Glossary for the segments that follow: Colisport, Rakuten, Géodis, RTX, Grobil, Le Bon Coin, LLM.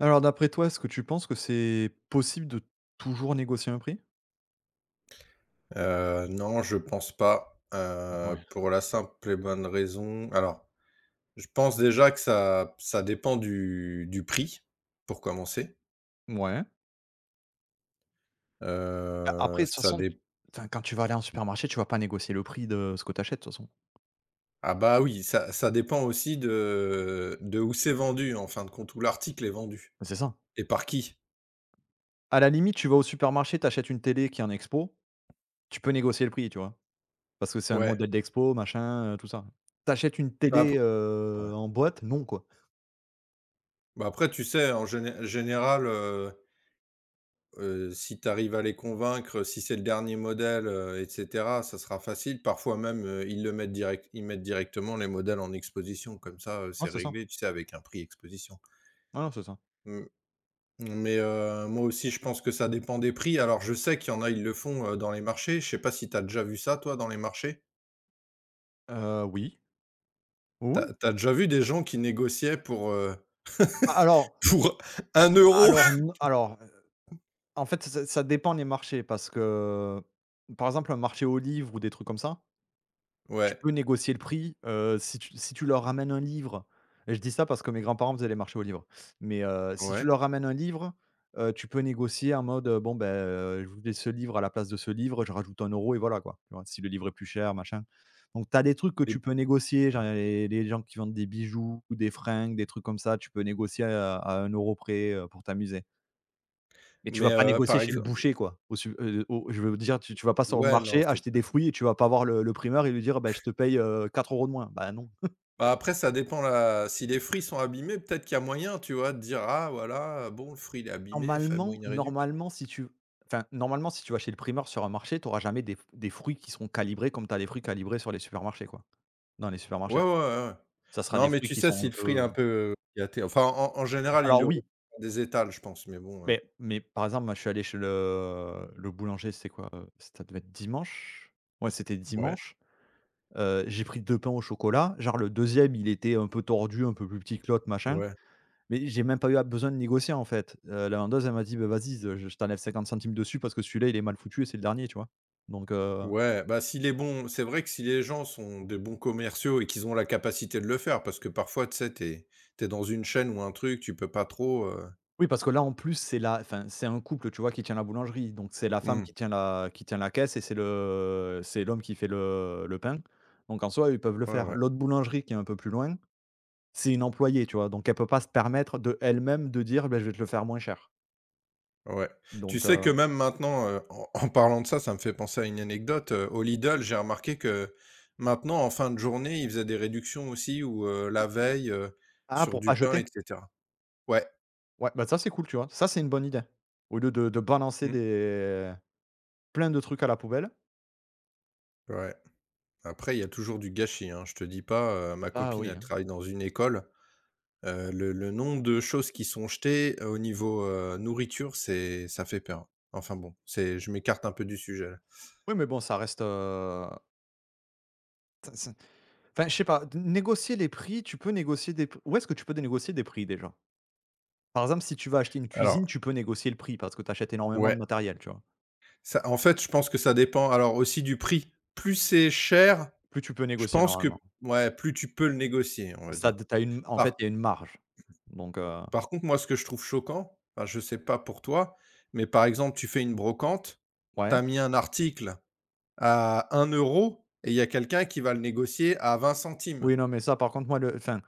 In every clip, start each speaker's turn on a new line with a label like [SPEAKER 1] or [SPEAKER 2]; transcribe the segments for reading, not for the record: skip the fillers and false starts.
[SPEAKER 1] Alors d'après toi, est-ce que tu penses que c'est possible de toujours négocier un prix?
[SPEAKER 2] Non, je pense pas,
[SPEAKER 1] Ouais.
[SPEAKER 2] pour la simple et bonne raison alors, je pense déjà que ça dépend du prix, pour commencer.
[SPEAKER 1] Ouais. A après de toute
[SPEAKER 2] Ça
[SPEAKER 1] façon,
[SPEAKER 2] dé
[SPEAKER 1] enfin quand tu vas aller en supermarché, tu vas pas négocier le prix de ce que tu achètes de toute façon.
[SPEAKER 2] Ah bah, oui, ça dépend aussi de où c'est vendu, en fin de compte, où l'article est vendu
[SPEAKER 1] C'est ça.
[SPEAKER 2] et par qui.
[SPEAKER 1] À la limite, tu vas au supermarché, tu achètes une télé qui est en expo, tu peux négocier le prix, tu vois? Parce que c'est un
[SPEAKER 2] Ouais,
[SPEAKER 1] modèle d'expo, machin, tout ça. T'achètes une
[SPEAKER 2] bah, ap
[SPEAKER 1] télé,
[SPEAKER 2] ouais.
[SPEAKER 1] en boîte, non, quoi.
[SPEAKER 2] Bah, après, tu sais, en général, euh, si tu arrives à les convaincre, si c'est le dernier modèle, et cetera, ça sera facile. Parfois même, ils mettent directement les modèles en exposition comme ça,
[SPEAKER 1] Ah,
[SPEAKER 2] c'est
[SPEAKER 1] c'est ça.
[SPEAKER 2] réglé, tu sais, avec un prix exposition.
[SPEAKER 1] Ah non, c'est ça.
[SPEAKER 2] Mmh, mais moi aussi, je pense que ça dépend des prix. Alors je sais qu'il y en a, ils le font, dans les marchés. Je sais pas si tu as déjà vu ça toi dans les marchés?
[SPEAKER 1] Oui. Oui,
[SPEAKER 2] T'as
[SPEAKER 1] oui.
[SPEAKER 2] as déjà vu des gens qui négociaient pour,
[SPEAKER 1] alors
[SPEAKER 2] pour un euro
[SPEAKER 1] alors non alors en fait, ça dépend les marchés parce que, par exemple, un marché aux livres ou des trucs comme ça, tu
[SPEAKER 2] Ouais,
[SPEAKER 1] peux négocier le prix. Si tu leur ramènes un livre, et je dis ça parce que mes grands-parents faisaient les marchés aux livres, mais si tu
[SPEAKER 2] ouais,
[SPEAKER 1] leur ramènes un livre, tu peux négocier en mode, «Bon, ben je voulais ce livre à la place de ce livre, je rajoute un euro et voilà, quoi». Tu vois? Si le livre est plus cher, machin. Donc tu as des trucs que
[SPEAKER 2] et
[SPEAKER 1] tu peux négocier,
[SPEAKER 2] ouais,
[SPEAKER 1] genre les gens qui vendent des bijoux ou des fringues, des trucs comme ça, tu peux négocier à 1 € près, pour t'amuser. Mais tu
[SPEAKER 2] mais
[SPEAKER 1] vas pas négocier
[SPEAKER 2] par
[SPEAKER 1] chez le
[SPEAKER 2] exemple,
[SPEAKER 1] boucher, quoi. Au je veux dire, tu vas pas sur le
[SPEAKER 2] ouais, non,
[SPEAKER 1] marché
[SPEAKER 2] c'est
[SPEAKER 1] acheter des fruits et tu vas pas voir le primeur et lui dire: «Bah, je te paye, 4 € de moins». Bah, non.
[SPEAKER 2] bah, après ça dépend là. Si les fruits sont abîmés, peut-être qu'il y a moyen, tu vois, de dire: «Ah voilà, bon le fruit il est abîmé, fais-moi
[SPEAKER 1] Normalement
[SPEAKER 2] une réduc».
[SPEAKER 1] normalement, si tu enfin, normalement, si tu vas chez le primeur sur un marché, tu auras jamais des fruits qui seront calibrés comme tu as les fruits calibrés sur les supermarchés, quoi, dans les supermarchés.
[SPEAKER 2] Ouais, ouais, ouais, ouais.
[SPEAKER 1] Ça sera
[SPEAKER 2] Non,
[SPEAKER 1] des
[SPEAKER 2] mais
[SPEAKER 1] fruits
[SPEAKER 2] tu
[SPEAKER 1] qui
[SPEAKER 2] sais
[SPEAKER 1] sont
[SPEAKER 2] si
[SPEAKER 1] un
[SPEAKER 2] le fruit est
[SPEAKER 1] peu
[SPEAKER 2] un peu gâté enfin en général ils
[SPEAKER 1] alors
[SPEAKER 2] le retirent
[SPEAKER 1] oui,
[SPEAKER 2] des étals je pense, mais bon,
[SPEAKER 1] mais par exemple, moi, je suis allé chez le boulanger, c'est quoi, heu? Ça devait être dimanche. Ouais, c'était
[SPEAKER 2] ouais,
[SPEAKER 1] dimanche. J'ai pris 2 pains au chocolat, genre le deuxième il était un peu tordu, un peu plus petit que l'autre machin,
[SPEAKER 2] ouais,
[SPEAKER 1] mais j'ai même pas eu besoin de négocier en fait. La vendeuse elle m'a dit: «Bah vas-y, je t'enlève 0,50 € dessus parce que celui-là il est mal foutu et c'est le dernier», tu vois? Donc heu,
[SPEAKER 2] ouais, bah, s'il est bon c'est vrai que si les gens sont des bons commerciaux et qu'ils ont la capacité de le faire parce que parfois tu sais, t'es es dans une chaîne ou un truc, tu peux pas trop,
[SPEAKER 1] oui parce que là en plus c'est la enfin c'est un couple tu vois qui tient la boulangerie, donc c'est la femme
[SPEAKER 2] mmh,
[SPEAKER 1] qui tient la caisse et c'est le c'est l'homme qui fait le pain, donc en soi ils peuvent le
[SPEAKER 2] ouais,
[SPEAKER 1] faire.
[SPEAKER 2] ouais.
[SPEAKER 1] L'autre boulangerie qui est un peu plus loin, c'est une employée tu vois? Donc elle peut pas se permettre de elle-même de dire: «Beh je vais te le faire moins cher»,
[SPEAKER 2] Ouais. Tu
[SPEAKER 1] donc
[SPEAKER 2] sais
[SPEAKER 1] heu.
[SPEAKER 2] que même maintenant, en parlant de ça, ça me fait penser à une anecdote, au Lidl, j'ai remarqué que maintenant, en fin de journée, ils faisaient des réductions aussi ou, la veille,
[SPEAKER 1] Ah,
[SPEAKER 2] sur
[SPEAKER 1] pour
[SPEAKER 2] du
[SPEAKER 1] pas
[SPEAKER 2] pain
[SPEAKER 1] jeter?
[SPEAKER 2] et cetera. Ouais,
[SPEAKER 1] Ouais, bah, ça, c'est cool, tu vois? Ça, c'est une bonne idée. Au lieu de balancer
[SPEAKER 2] mmh,
[SPEAKER 1] des plein de trucs à la poubelle.
[SPEAKER 2] ouais. Après, il y a toujours du gâchis, hein, je te dis pas, ma
[SPEAKER 1] Ah
[SPEAKER 2] copine,
[SPEAKER 1] oui,
[SPEAKER 2] elle
[SPEAKER 1] hein.
[SPEAKER 2] travaille dans une école, le nombre de choses qui sont jetées, au niveau, nourriture, c'est ça fait peur. Enfin bon, c'est je m'écarte un peu du sujet là.
[SPEAKER 1] Oui, mais bon, ça reste, t c'est enfin, je sais pas, d négocier les prix, tu peux négocier des p où est-ce que tu peux négocier des prix déjà? Par exemple, si tu vas acheter une
[SPEAKER 2] Alors
[SPEAKER 1] cuisine, tu peux négocier le prix parce que tu achètes énormément de
[SPEAKER 2] ouais.
[SPEAKER 1] matériel, tu vois?
[SPEAKER 2] Ça, en fait, je pense que ça dépend alors aussi du prix. Plus c'est cher,
[SPEAKER 1] Plus tu peux
[SPEAKER 2] je
[SPEAKER 1] négocier
[SPEAKER 2] pense
[SPEAKER 1] normalement.
[SPEAKER 2] que ouais, plus tu peux le négocier, on va
[SPEAKER 1] Ça
[SPEAKER 2] dire.
[SPEAKER 1] t'as une en fait, il y
[SPEAKER 2] Par
[SPEAKER 1] a une marge. Donc, heu,
[SPEAKER 2] par contre, moi, ce que je trouve choquant, enfin, je sais pas pour toi, mais par exemple, tu fais une brocante, tu
[SPEAKER 1] ouais.
[SPEAKER 2] as mis un article à un euro et il y a quelqu'un qui va le négocier à 20 centimes.
[SPEAKER 1] Oui, non, mais ça, par contre, moi, le enfin,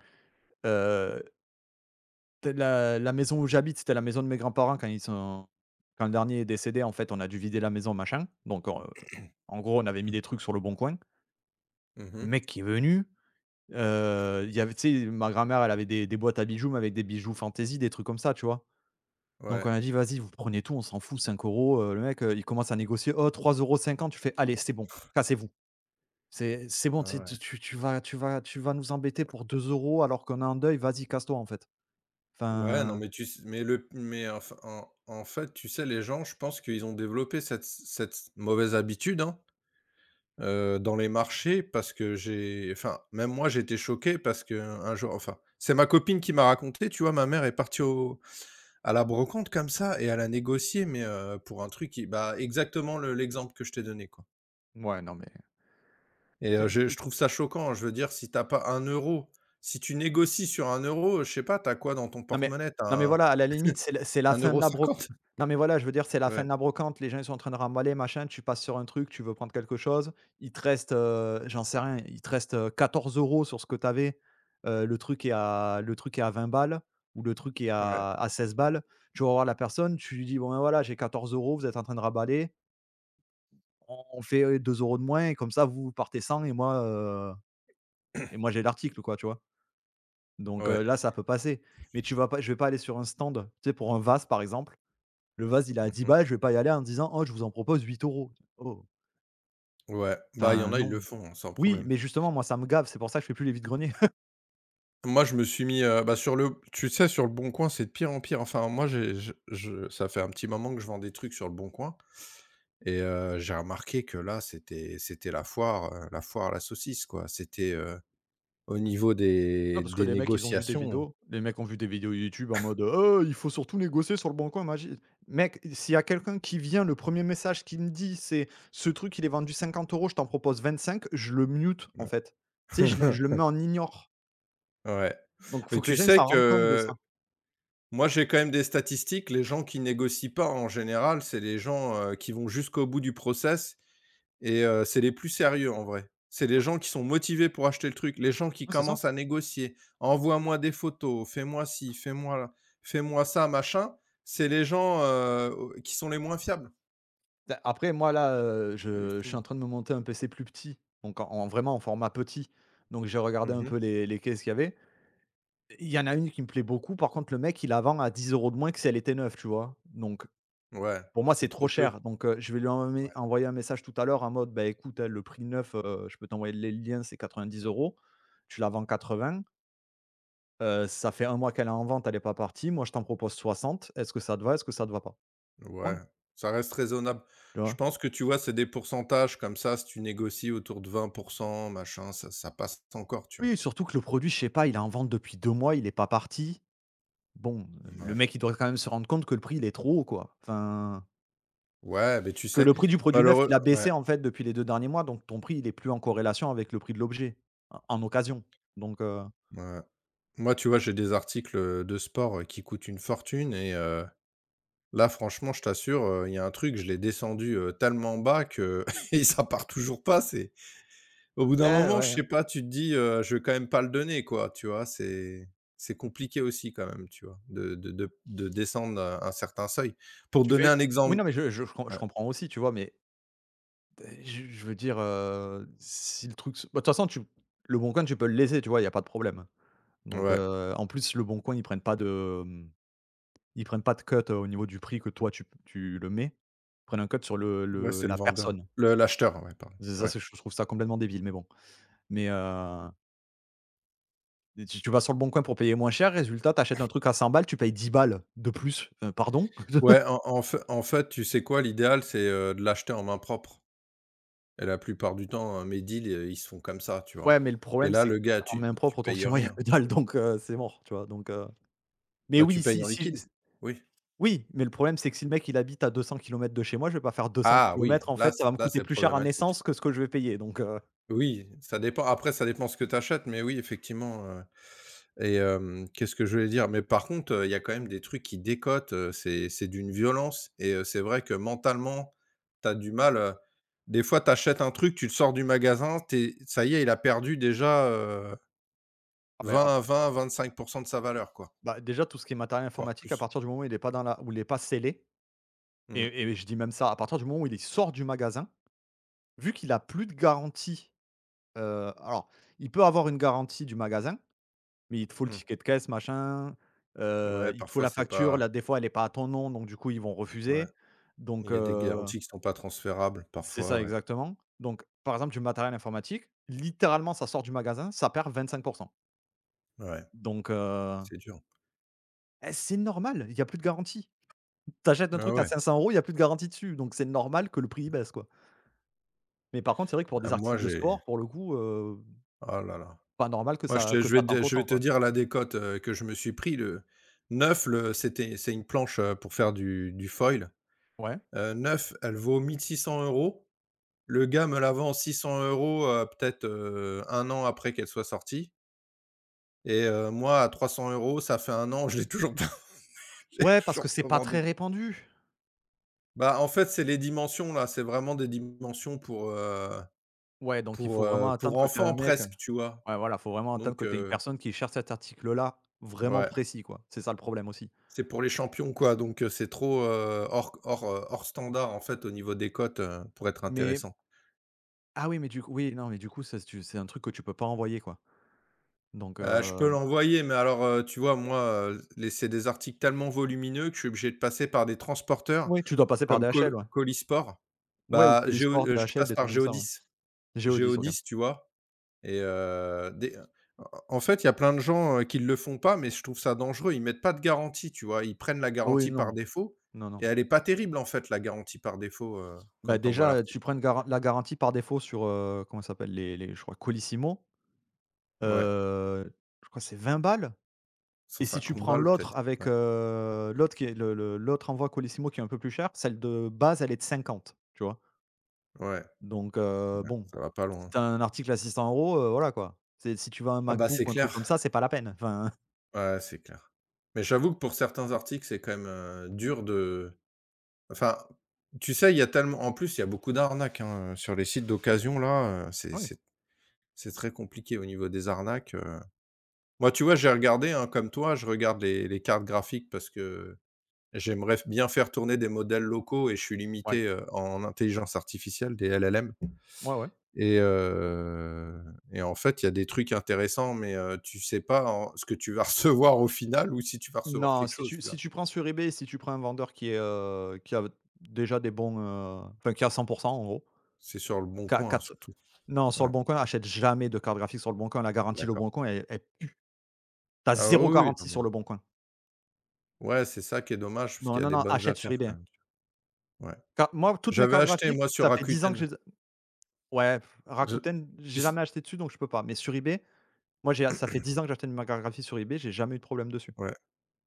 [SPEAKER 1] T la maison où j'habite, c'était la maison de mes grands-parents quand ils sont quand le dernier est décédé, en fait, on a dû vider la maison, machin. En gros, on avait mis des trucs sur le bon coin. Le
[SPEAKER 2] Mmh.
[SPEAKER 1] mec qui est venu, il y avait tu sais, ma grand-mère, elle avait des boîtes à bijoux, mais avec des bijoux fantaisie, des trucs comme ça, tu vois? Donc
[SPEAKER 2] Ouais.
[SPEAKER 1] on a dit: «Vas-y, vous prenez tout, on s'en fout, 5 €». Le mec, il commence à négocier: «Oh, 3,50 €». Tu fais: «Allez, c'est bon, cassez-vous. C'est bon, tu
[SPEAKER 2] Ah
[SPEAKER 1] sais, tu
[SPEAKER 2] ouais.
[SPEAKER 1] tu tu vas tu vas tu vas nous embêter pour 2 € alors qu'on est en deuil, vas-y, casse-toi, en fait».
[SPEAKER 2] Ouais, non,
[SPEAKER 1] Enfin,
[SPEAKER 2] mais tu s mais enf en fait, tu sais, les gens, je pense qu'ils ont développé cette mauvaise habitude, hein. Dans les marchés parce que j'ai enfin, même moi, j'ai été choqué parce que un jour enfin, c'est ma copine qui m'a raconté, tu vois? Ma mère est partie au à la brocante comme ça et elle a négocié, mais pour un truc qui bah, exactement le l'exemple que je t'ai donné, quoi.
[SPEAKER 1] ouais, non, mais
[SPEAKER 2] Et je trouve ça choquant. Je veux dire, si t'as pas un euro, si tu négocies sur un euro, je sais pas, t'as quoi dans ton
[SPEAKER 1] non mais
[SPEAKER 2] porte-monnaie? Tu as
[SPEAKER 1] voilà, à la limite, c'est la
[SPEAKER 2] un
[SPEAKER 1] fin de
[SPEAKER 2] euro
[SPEAKER 1] la broc.
[SPEAKER 2] cinquante
[SPEAKER 1] Non mais voilà, je veux dire, c'est la fin
[SPEAKER 2] Ouais,
[SPEAKER 1] de la brocante, les gens, ils sont en train de remballer, machin, tu passes sur un truc, tu veux prendre quelque chose, il te reste, j'en sais rien, il te reste, 14 € sur ce que tu avais, le truc est à 20 balles ou le truc est
[SPEAKER 2] ouais,
[SPEAKER 1] à 16 balles. Tu vas voir la personne, tu lui dis: «Bon, ben, voilà, j'ai 14 €, vous êtes en train de remballer, on fait, 2 € de moins et comme ça, vous, partez sans et moi, et moi j'ai l'article», quoi, tu vois? Donc
[SPEAKER 2] ouais.
[SPEAKER 1] là, ça peut passer. Mais tu vas pas, je vais pas aller sur un stand, tu sais, pour un vase, par exemple. Le vase, il est à 10
[SPEAKER 2] Mmh.
[SPEAKER 1] balles, je vais pas y aller en disant: «Oh, je vous en propose 8 euros». Oh,
[SPEAKER 2] Ouais, bah, il y
[SPEAKER 1] enfin
[SPEAKER 2] en a, ils le
[SPEAKER 1] non.
[SPEAKER 2] font, hein, sans
[SPEAKER 1] Oui,
[SPEAKER 2] problème.
[SPEAKER 1] mais justement, moi, ça me gave, c'est pour ça que je fais plus les vides-greniers.
[SPEAKER 2] Moi, je me suis mis, bah, sur le tu sais, sur Le Bon Coin, c'est de pire en pire. Enfin, moi, j'ai je ça fait un petit moment que je vends des trucs sur Le Bon Coin. Et j'ai remarqué que là, c'était la foire à la saucisse, quoi. C'était, au niveau
[SPEAKER 1] Ouais,
[SPEAKER 2] des
[SPEAKER 1] parce que
[SPEAKER 2] des
[SPEAKER 1] les mecs, ils ont vu des
[SPEAKER 2] négociations.
[SPEAKER 1] vidéos. Les mecs ont vu des vidéos YouTube en mode, «Oh, il faut surtout négocier sur le bon coin, magi». Mec, s'il y a quelqu'un qui vient, le premier message qu'il me dit, c'est: «Ce truc, il est vendu 50 euros, je t'en propose 25», je le mute, en
[SPEAKER 2] Ouais.
[SPEAKER 1] fait. Tu sais, je le mets en ignore.
[SPEAKER 2] Ouais.
[SPEAKER 1] Donc faut
[SPEAKER 2] Mais
[SPEAKER 1] que les
[SPEAKER 2] tu
[SPEAKER 1] gens, ils
[SPEAKER 2] sais
[SPEAKER 1] s'en rendent compte de
[SPEAKER 2] que
[SPEAKER 1] ça.
[SPEAKER 2] moi, j'ai quand même des statistiques. Les gens qui négocient pas, en général, c'est les gens, qui vont jusqu'au bout du process. Et c'est les plus sérieux en vrai. C'est les gens qui sont motivés pour acheter le truc, les gens qui
[SPEAKER 1] Ouais, c'est ça.
[SPEAKER 2] commencent à négocier: «Envoie-moi des photos, fais-moi ci, fais-moi là, fais-moi ça, machin». C'est les gens, au qui sont les moins fiables.
[SPEAKER 1] Bah, après moi là,
[SPEAKER 2] C'est
[SPEAKER 1] je suis en
[SPEAKER 2] hallucinant.
[SPEAKER 1] train de me monter un PC plus petit, donc en vraiment en format petit, donc j'ai regardé un
[SPEAKER 2] Mmh.
[SPEAKER 1] peu les caisses qu'il y avait. Il y en a une qui me plaît beaucoup, par contre le mec il la vend à 10 € de moins que si elle était neuve, tu vois? Donc
[SPEAKER 2] Ouais,
[SPEAKER 1] pour moi c'est
[SPEAKER 2] c'est
[SPEAKER 1] trop
[SPEAKER 2] trop
[SPEAKER 1] cher,
[SPEAKER 2] peu.
[SPEAKER 1] donc je vais lui envoyer un message tout à l'heure en mode: «Bah écoute, hein, le prix neuf, je peux t'envoyer les liens, c'est 90 euros. Tu la vends 80, ça fait 1 mois qu'elle est en vente, elle est pas partie. Moi je t'en propose 60. Est-ce que ça te va? Est-ce que ça te va pas?»
[SPEAKER 2] Ouais, ouais,
[SPEAKER 1] Point,
[SPEAKER 2] ça reste raisonnable.
[SPEAKER 1] tu
[SPEAKER 2] Je
[SPEAKER 1] vois?
[SPEAKER 2] pense que, tu vois, c'est des pourcentages comme ça, si tu négocies autour de 20 machin, ça passe encore, tu vois?
[SPEAKER 1] Oui, surtout que le produit, je sais pas, il est en vente depuis 2 mois, il est pas parti. Bon, le
[SPEAKER 2] Ouais.
[SPEAKER 1] mec, il doit quand même se rendre compte que le prix, il est trop haut, quoi. Enfin,
[SPEAKER 2] Ouais, mais tu
[SPEAKER 1] que
[SPEAKER 2] sais,
[SPEAKER 1] le prix du produit neuf, il
[SPEAKER 2] malheureux
[SPEAKER 1] a
[SPEAKER 2] ouais.
[SPEAKER 1] baissé, en fait, depuis les 2 derniers mois, donc ton prix, il est plus en corrélation avec le prix de l'objet, en occasion, donc
[SPEAKER 2] Ouais. Moi, tu vois, j'ai des articles, de sport, qui coûtent une fortune. Et là, franchement, je t'assure, il y a un truc, je l'ai descendu, tellement bas que et ça part toujours pas. C'est Au bout d'un
[SPEAKER 1] ouais,
[SPEAKER 2] moment, je
[SPEAKER 1] ouais,
[SPEAKER 2] sais pas, tu te dis, «Je vais quand même pas le donner», quoi, tu vois? C'est compliqué aussi quand même, tu vois, de descendre, un certain seuil. Pour te
[SPEAKER 1] tu
[SPEAKER 2] donner
[SPEAKER 1] fais
[SPEAKER 2] un
[SPEAKER 1] oui,
[SPEAKER 2] exemple
[SPEAKER 1] non, mais je je je com
[SPEAKER 2] ouais,
[SPEAKER 1] je comprends aussi, tu vois? Mais je veux dire, si le truc se bah, de toute façon, tu, le Bon Coin, tu peux le laisser, tu vois? Il y a pas de problème, donc
[SPEAKER 2] ouais,
[SPEAKER 1] en plus, le Bon Coin, ils prennent pas de, ils prennent pas de cut, au niveau du prix que toi tu le mets. Ils prennent un cut sur
[SPEAKER 2] ouais,
[SPEAKER 1] le
[SPEAKER 2] c'est le
[SPEAKER 1] la
[SPEAKER 2] vendeur.
[SPEAKER 1] personne.
[SPEAKER 2] Le L'acheteur, ouais, pardon.
[SPEAKER 1] C'est ça,
[SPEAKER 2] Ouais.
[SPEAKER 1] c'est, je trouve ça complètement débile, mais bon. Mais, tu vas sur le bon coin pour payer moins cher, résultat, t'achètes un truc à 100 balles, tu payes 10 balles de plus. Pardon?
[SPEAKER 2] Ouais, en fait, tu sais quoi? L'idéal, c'est, de l'acheter en main propre. Et la plupart du temps, mes deals, ils se font comme ça, tu vois?
[SPEAKER 1] Ouais, mais le
[SPEAKER 2] Et
[SPEAKER 1] problème,
[SPEAKER 2] là,
[SPEAKER 1] c'est
[SPEAKER 2] le gars,
[SPEAKER 1] qu'en
[SPEAKER 2] tu
[SPEAKER 1] main propre,
[SPEAKER 2] tu
[SPEAKER 1] autour de
[SPEAKER 2] payes
[SPEAKER 1] chez moi, il y a
[SPEAKER 2] rien,
[SPEAKER 1] que
[SPEAKER 2] tu
[SPEAKER 1] dalle,
[SPEAKER 2] payes
[SPEAKER 1] donc, c'est mort, tu vois? Donc, mais
[SPEAKER 2] bah, tu
[SPEAKER 1] oui,
[SPEAKER 2] payes
[SPEAKER 1] si
[SPEAKER 2] en
[SPEAKER 1] si s
[SPEAKER 2] liquide, oui.
[SPEAKER 1] oui, mais le problème, c'est que si le mec, il habite à 200 kilomètres de chez moi, je vais pas faire 200
[SPEAKER 2] Ah oui,
[SPEAKER 1] kilomètres, en fait, ça va me
[SPEAKER 2] là
[SPEAKER 1] coûter
[SPEAKER 2] c'est
[SPEAKER 1] plus cher en
[SPEAKER 2] problématique.
[SPEAKER 1] essence que ce que je vais payer, donc,
[SPEAKER 2] Oui, ça dépend après ça dépend ce que tu achètes, mais oui effectivement, qu'est-ce que je voulais dire? Mais par contre, il y a quand même des trucs qui décotent, c'est d'une violence. Et c'est vrai que mentalement, tu as du mal, des fois tu achètes un truc, tu le sors du magasin, tu es ça y est, il a perdu déjà,
[SPEAKER 1] ah, ben.
[SPEAKER 2] 20-20-25 de sa valeur quoi,
[SPEAKER 1] Bah, déjà, tout ce qui est matériel
[SPEAKER 2] voire
[SPEAKER 1] informatique, à
[SPEAKER 2] plus.
[SPEAKER 1] partir du moment où il est pas scellé,
[SPEAKER 2] Mmh,
[SPEAKER 1] et je dis même ça, à partir du moment où il sort du magasin, vu qu'il a plus de garantie, alors il peut avoir une garantie du magasin, mais il te faut le
[SPEAKER 2] mmh.
[SPEAKER 1] ticket de caisse, machin,
[SPEAKER 2] Ouais,
[SPEAKER 1] il te faut
[SPEAKER 2] parfois
[SPEAKER 1] la
[SPEAKER 2] c'est
[SPEAKER 1] facture,
[SPEAKER 2] pas
[SPEAKER 1] là, des fois, elle est pas à ton nom, donc du coup, ils vont
[SPEAKER 2] ouais,
[SPEAKER 1] refuser. Donc
[SPEAKER 2] il y a des garanties qui sont pas transférables
[SPEAKER 1] c'est
[SPEAKER 2] parfois,
[SPEAKER 1] ça,
[SPEAKER 2] ouais.
[SPEAKER 1] exactement. Donc par exemple, du matériel informatique, littéralement, ça sort du magasin, ça perd 25.
[SPEAKER 2] Ouais,
[SPEAKER 1] Donc
[SPEAKER 2] c'est dur.
[SPEAKER 1] eh, c'est normal, il y a plus de garantie. T'achètes un
[SPEAKER 2] Ah
[SPEAKER 1] truc à
[SPEAKER 2] ouais.
[SPEAKER 1] 500 euros, il y a plus de garantie dessus, donc c'est normal que le prix, il baisse, quoi. Mais par contre, c'est vrai que pour
[SPEAKER 2] Bah,
[SPEAKER 1] des
[SPEAKER 2] moi
[SPEAKER 1] articles de
[SPEAKER 2] j'ai
[SPEAKER 1] sport, pour le coup,
[SPEAKER 2] oh là là.
[SPEAKER 1] pas normal que
[SPEAKER 2] Moi je
[SPEAKER 1] ça
[SPEAKER 2] te
[SPEAKER 1] que
[SPEAKER 2] je
[SPEAKER 1] ça
[SPEAKER 2] vais te
[SPEAKER 1] tanque
[SPEAKER 2] je vais
[SPEAKER 1] autant,
[SPEAKER 2] te
[SPEAKER 1] quoi.
[SPEAKER 2] dire la décote, que je me suis pris le 9 le c'était c'est une planche, pour faire du foil.
[SPEAKER 1] Ouais.
[SPEAKER 2] 9 elle vaut 1 600 €. Le gars me la vend 600 €, peut-être, 1 an après qu'elle soit sortie. Et moi à 300 € ça fait un an, je l'ai toujours pas je l'ai
[SPEAKER 1] Ouais, parce que
[SPEAKER 2] toujours
[SPEAKER 1] c'est
[SPEAKER 2] pas
[SPEAKER 1] pas très
[SPEAKER 2] vendu.
[SPEAKER 1] répandu.
[SPEAKER 2] Bah, en fait, c'est les dimensions là, c'est vraiment des dimensions
[SPEAKER 1] Ouais, donc il faut vraiment
[SPEAKER 2] pour
[SPEAKER 1] attendre que tu aies un
[SPEAKER 2] enfants
[SPEAKER 1] mec
[SPEAKER 2] presque, tu vois?
[SPEAKER 1] ouais, voilà, faut vraiment attendre
[SPEAKER 2] Donc
[SPEAKER 1] que tu aies une personne qui cherche cet article-là vraiment
[SPEAKER 2] ouais,
[SPEAKER 1] précis, quoi. C'est ça le problème aussi.
[SPEAKER 2] c'est pour les champions quoi, donc c'est trop, hors standard en fait au niveau des cotes, pour être
[SPEAKER 1] Mais
[SPEAKER 2] intéressant.
[SPEAKER 1] ah oui, mais du coup oui, non, mais du coup, ça, tu c'est un truc que tu peux pas envoyer, quoi. Donc
[SPEAKER 2] Je peux l'envoyer, mais alors, tu vois moi, les c'est des articles tellement volumineux que je suis obligé de passer par des transporteurs
[SPEAKER 1] oui. Tu dois passer par
[SPEAKER 2] comme Co
[SPEAKER 1] DHL, ouais.
[SPEAKER 2] Colisport.
[SPEAKER 1] Ouais, ou
[SPEAKER 2] Bah, Géo
[SPEAKER 1] Colisport,
[SPEAKER 2] je
[SPEAKER 1] DHL,
[SPEAKER 2] passe
[SPEAKER 1] des
[SPEAKER 2] par
[SPEAKER 1] trucs comme ça, ouais.
[SPEAKER 2] Géodis.
[SPEAKER 1] Géodis, 10, OK.
[SPEAKER 2] Géodis, tu vois? Et des en fait, il y a plein de gens, qui ne le font pas, mais je trouve ça dangereux. Ils mettent pas de garantie, tu vois? Ils prennent la
[SPEAKER 1] Ah oui,
[SPEAKER 2] garantie par
[SPEAKER 1] non.
[SPEAKER 2] défaut
[SPEAKER 1] Non,
[SPEAKER 2] et
[SPEAKER 1] non.
[SPEAKER 2] elle est pas terrible, en fait, la garantie par défaut,
[SPEAKER 1] Bah,
[SPEAKER 2] quand tu envoies
[SPEAKER 1] déjà, tu
[SPEAKER 2] l'article.
[SPEAKER 1] prends une garan la garantie par défaut sur, comment ça s'appelle? Les je crois Colissimo,
[SPEAKER 2] Ouais,
[SPEAKER 1] heu, je crois que c'est 20 balles.
[SPEAKER 2] cent
[SPEAKER 1] Et si tu
[SPEAKER 2] cinquante
[SPEAKER 1] prends
[SPEAKER 2] balles
[SPEAKER 1] l'autre
[SPEAKER 2] peut-être?
[SPEAKER 1] avec,
[SPEAKER 2] Ouais,
[SPEAKER 1] l'autre qui est le l'autre envoi Colissimo qui est un peu plus cher, celle de base, elle est de 50, tu vois?
[SPEAKER 2] ouais,
[SPEAKER 1] Donc
[SPEAKER 2] ouais,
[SPEAKER 1] bon,
[SPEAKER 2] ça va pas
[SPEAKER 1] si
[SPEAKER 2] loin.
[SPEAKER 1] tu un article à 600 €, voilà quoi. C'est si tu veux un
[SPEAKER 2] Ah bah,
[SPEAKER 1] MacBook
[SPEAKER 2] c'est
[SPEAKER 1] ou un truc
[SPEAKER 2] clair.
[SPEAKER 1] comme ça, c'est pas la peine, enfin.
[SPEAKER 2] Ouais, c'est clair. Mais j'avoue que pour certains articles, c'est quand même, dur de enfin, tu sais, il y a tellement en plus, il y a beaucoup d'arnaques, hein, sur les sites d'occasion là,
[SPEAKER 1] Oui,
[SPEAKER 2] c'est très compliqué au niveau des arnaques. Moi, tu vois, j'ai regardé, hein, comme toi, je regarde les cartes graphiques parce que j'aimerais f bien faire tourner des modèles locaux et je suis
[SPEAKER 1] ouais,
[SPEAKER 2] limité, en intelligence artificielle, des LLM.
[SPEAKER 1] ouais, ouais.
[SPEAKER 2] Et en fait, il y a des trucs intéressants, mais tu sais pas en ce que tu vas recevoir au final ou si tu vas recevoir
[SPEAKER 1] Non,
[SPEAKER 2] quelque
[SPEAKER 1] si
[SPEAKER 2] chose,
[SPEAKER 1] tu
[SPEAKER 2] tu vois?
[SPEAKER 1] prends sur eBay, si tu prends un vendeur qui est, qui a déjà des bons, enfin qui est à 100 en gros,
[SPEAKER 2] C'est sur Le Bon Coin,
[SPEAKER 1] qui a
[SPEAKER 2] hein, surtout.
[SPEAKER 1] Non, sur le
[SPEAKER 2] Ouais,
[SPEAKER 1] bon coin, achète jamais de carte graphique sur le bon coin. La garantie
[SPEAKER 2] d'accord.
[SPEAKER 1] Leboncoin, elle elle T'as
[SPEAKER 2] Ah
[SPEAKER 1] zéro
[SPEAKER 2] oui, oui, non
[SPEAKER 1] garantie
[SPEAKER 2] mais
[SPEAKER 1] sur le bon coin.
[SPEAKER 2] ouais, c'est ça qui est dommage parce
[SPEAKER 1] Non,
[SPEAKER 2] qu'il y a
[SPEAKER 1] non,
[SPEAKER 2] des
[SPEAKER 1] non,
[SPEAKER 2] bonnes
[SPEAKER 1] achète
[SPEAKER 2] affaires
[SPEAKER 1] sur eBay,
[SPEAKER 2] quand
[SPEAKER 1] hein.
[SPEAKER 2] même, ouais.
[SPEAKER 1] Car moi, toutes mes
[SPEAKER 2] J'avais
[SPEAKER 1] cartes
[SPEAKER 2] acheté,
[SPEAKER 1] graphiques,
[SPEAKER 2] moi, sur
[SPEAKER 1] ça fait 10 ans que je
[SPEAKER 2] Rakuten.
[SPEAKER 1] les ai. Ouais, pff,
[SPEAKER 2] Je
[SPEAKER 1] Rakuten,
[SPEAKER 2] tu
[SPEAKER 1] j'ai
[SPEAKER 2] s
[SPEAKER 1] jamais acheté dessus, donc je peux pas. Mais sur eBay, moi, j'ai ça fait 10 ans que j'achète ma carte graphique sur eBay, j'ai jamais eu de problème dessus.
[SPEAKER 2] Ouais.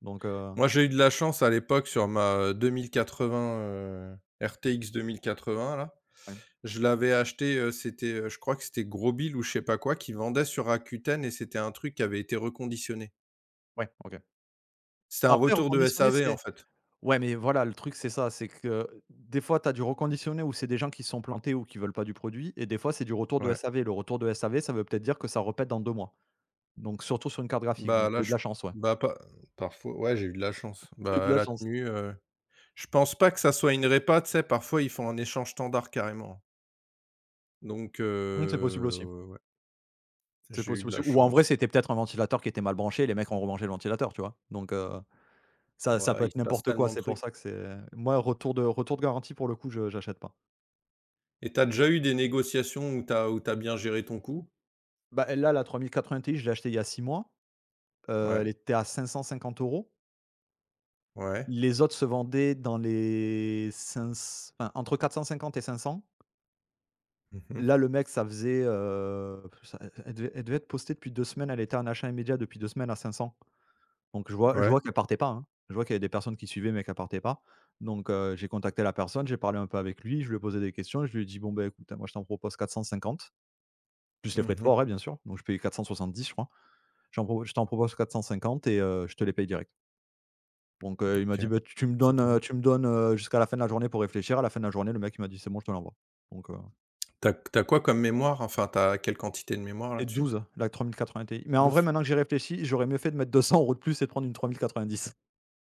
[SPEAKER 1] Donc
[SPEAKER 2] Moi, j'ai eu de la chance à l'époque sur ma, deux 2080, RTX quatre-vingts là.
[SPEAKER 1] ouais,
[SPEAKER 2] Je l'avais acheté, je crois que c'était Grobil ou je sais pas quoi qui vendait sur Rakuten et c'était un truc qui avait été reconditionné.
[SPEAKER 1] ouais, OK.
[SPEAKER 2] C'était un
[SPEAKER 1] Après
[SPEAKER 2] retour de
[SPEAKER 1] reconditionner,
[SPEAKER 2] SAV en
[SPEAKER 1] c'est,
[SPEAKER 2] fait.
[SPEAKER 1] ouais, mais voilà, le truc, c'est ça, c'est que des fois, tu as du reconditionné où c'est des gens qui se sont plantés ou qui veulent pas du produit et des fois, c'est du retour de
[SPEAKER 2] Ouais.
[SPEAKER 1] SAV. Le retour de SAV, ça veut peut-être dire que ça repète dans 2 mois. Donc surtout sur une carte graphique,
[SPEAKER 2] Bah
[SPEAKER 1] donc tu
[SPEAKER 2] là,
[SPEAKER 1] as eu de
[SPEAKER 2] je
[SPEAKER 1] la chance, ouais.
[SPEAKER 2] bah pas parfois ouais, j'ai eu de la chance.
[SPEAKER 1] Tu as eu de
[SPEAKER 2] Bah, elle
[SPEAKER 1] la
[SPEAKER 2] a
[SPEAKER 1] chance.
[SPEAKER 2] tenu, je pense pas que ça soit une répa, tu sais? Parfois, ils font un échange standard carrément. Donc
[SPEAKER 1] Mmh,
[SPEAKER 2] ouais,
[SPEAKER 1] c'est
[SPEAKER 2] j'ai eu
[SPEAKER 1] possible
[SPEAKER 2] de
[SPEAKER 1] aussi
[SPEAKER 2] la
[SPEAKER 1] ou en vrai,
[SPEAKER 2] chance.
[SPEAKER 1] c'était peut-être un ventilateur qui était mal branché, les mecs ont remangé le ventilateur, tu vois? Donc ça peut
[SPEAKER 2] Ouais, il
[SPEAKER 1] être
[SPEAKER 2] se passe
[SPEAKER 1] n'importe quoi,
[SPEAKER 2] tellement de
[SPEAKER 1] c'est pour
[SPEAKER 2] trucs.
[SPEAKER 1] ça que c'est moi, retour de garantie, pour le coup, je j'achète pas.
[SPEAKER 2] Et tu as déjà eu des négociations où tu as bien géré ton coup?
[SPEAKER 1] Bah, elle là, la 3080 Ti, je l'ai achetée il y a 6 mois, elle
[SPEAKER 2] Ouais,
[SPEAKER 1] était à 550 euros.
[SPEAKER 2] ouais.
[SPEAKER 1] Les autres se vendaient dans les cinq c enfin, entre 450 et 500.
[SPEAKER 2] Mmh.
[SPEAKER 1] Là, le mec, ça faisait, ça elle devait être postée depuis 2 semaines, elle était en achat immédiat depuis 2 semaines à 500. Donc je
[SPEAKER 2] Ouais.
[SPEAKER 1] vois qu'elle partait pas, hein. Je vois qu'il y avait des personnes qui suivaient, mais qu'elle partait pas. Donc j'ai contacté la personne, j'ai parlé un peu avec lui, je lui ai posé des questions, je lui ai dit: «Bon, ben écoute, moi je t'en propose 450 plus les frais de
[SPEAKER 2] Mmh.
[SPEAKER 1] forêt, bien sûr». Donc je paye payais 470, je crois. J'en propo «Je t'en propose 450 et je te les paye direct». Donc il m'a
[SPEAKER 2] OK,
[SPEAKER 1] dit: «Bah, tu me
[SPEAKER 2] c'est
[SPEAKER 1] donnes,
[SPEAKER 2] pas mal.
[SPEAKER 1] jusqu'à la fin de la journée pour réfléchir». À la fin de la journée, le mec il m'a dit: «C'est bon, je te l'envoie». Donc
[SPEAKER 2] T'as quoi comme mémoire? Enfin, t'as quelle quantité de mémoire
[SPEAKER 1] et
[SPEAKER 2] là-dessus?
[SPEAKER 1] douze, la 3080 Ti. Mais en vrai,
[SPEAKER 2] Douze.
[SPEAKER 1] maintenant que j'ai réfléchi, j'aurais mieux fait de mettre 200 € de plus et de prendre une 3090.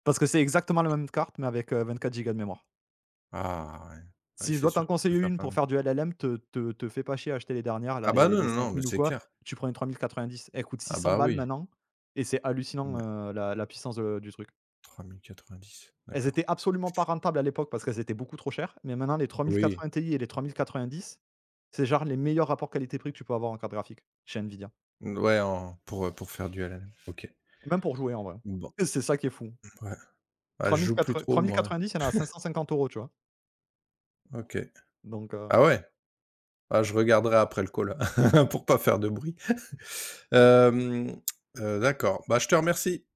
[SPEAKER 1] Parce que c'est exactement la même carte, mais avec, 24 gigas de mémoire.
[SPEAKER 2] Ah ouais. Ouais,
[SPEAKER 1] Si je
[SPEAKER 2] c'est
[SPEAKER 1] dois t'en
[SPEAKER 2] sûr que tu peux
[SPEAKER 1] conseiller
[SPEAKER 2] faire
[SPEAKER 1] une
[SPEAKER 2] pas
[SPEAKER 1] pour
[SPEAKER 2] mal.
[SPEAKER 1] faire du LLM, te fais pas chier à acheter les dernières là,
[SPEAKER 2] Ah bah,
[SPEAKER 1] les
[SPEAKER 2] non,
[SPEAKER 1] les
[SPEAKER 2] non, non, mais
[SPEAKER 1] 5000 ou
[SPEAKER 2] c'est
[SPEAKER 1] quoi,
[SPEAKER 2] clair.
[SPEAKER 1] tu prends une 3090. Elles coûtent
[SPEAKER 2] Ah
[SPEAKER 1] 600
[SPEAKER 2] bah,
[SPEAKER 1] balles
[SPEAKER 2] oui.
[SPEAKER 1] maintenant et c'est hallucinant, la puissance de du truc.
[SPEAKER 2] Ouais, dix
[SPEAKER 1] Elles étaient
[SPEAKER 2] d'accord.
[SPEAKER 1] absolument pas rentables à l'époque parce qu'elles étaient beaucoup trop chères, mais maintenant les
[SPEAKER 2] Oui.
[SPEAKER 1] 3080 Ti et les 3090, c'est genre les meilleurs rapports qualité-prix que tu peux avoir en carte graphique chez Nvidia.
[SPEAKER 2] Ouais, pour faire du LLM. OK.
[SPEAKER 1] Même pour jouer en vrai.
[SPEAKER 2] Bon,
[SPEAKER 1] Et c'est ça qui est fou.
[SPEAKER 2] ouais. Bah, je joue plus
[SPEAKER 1] 3080
[SPEAKER 2] trop moi.
[SPEAKER 1] 3090, il y en a à 550 euros, tu vois?
[SPEAKER 2] OK.
[SPEAKER 1] Donc.
[SPEAKER 2] Ah ouais? Ah, je regarderai après le call pour pas faire de bruit. Hem, d'accord. Bah, je te remercie.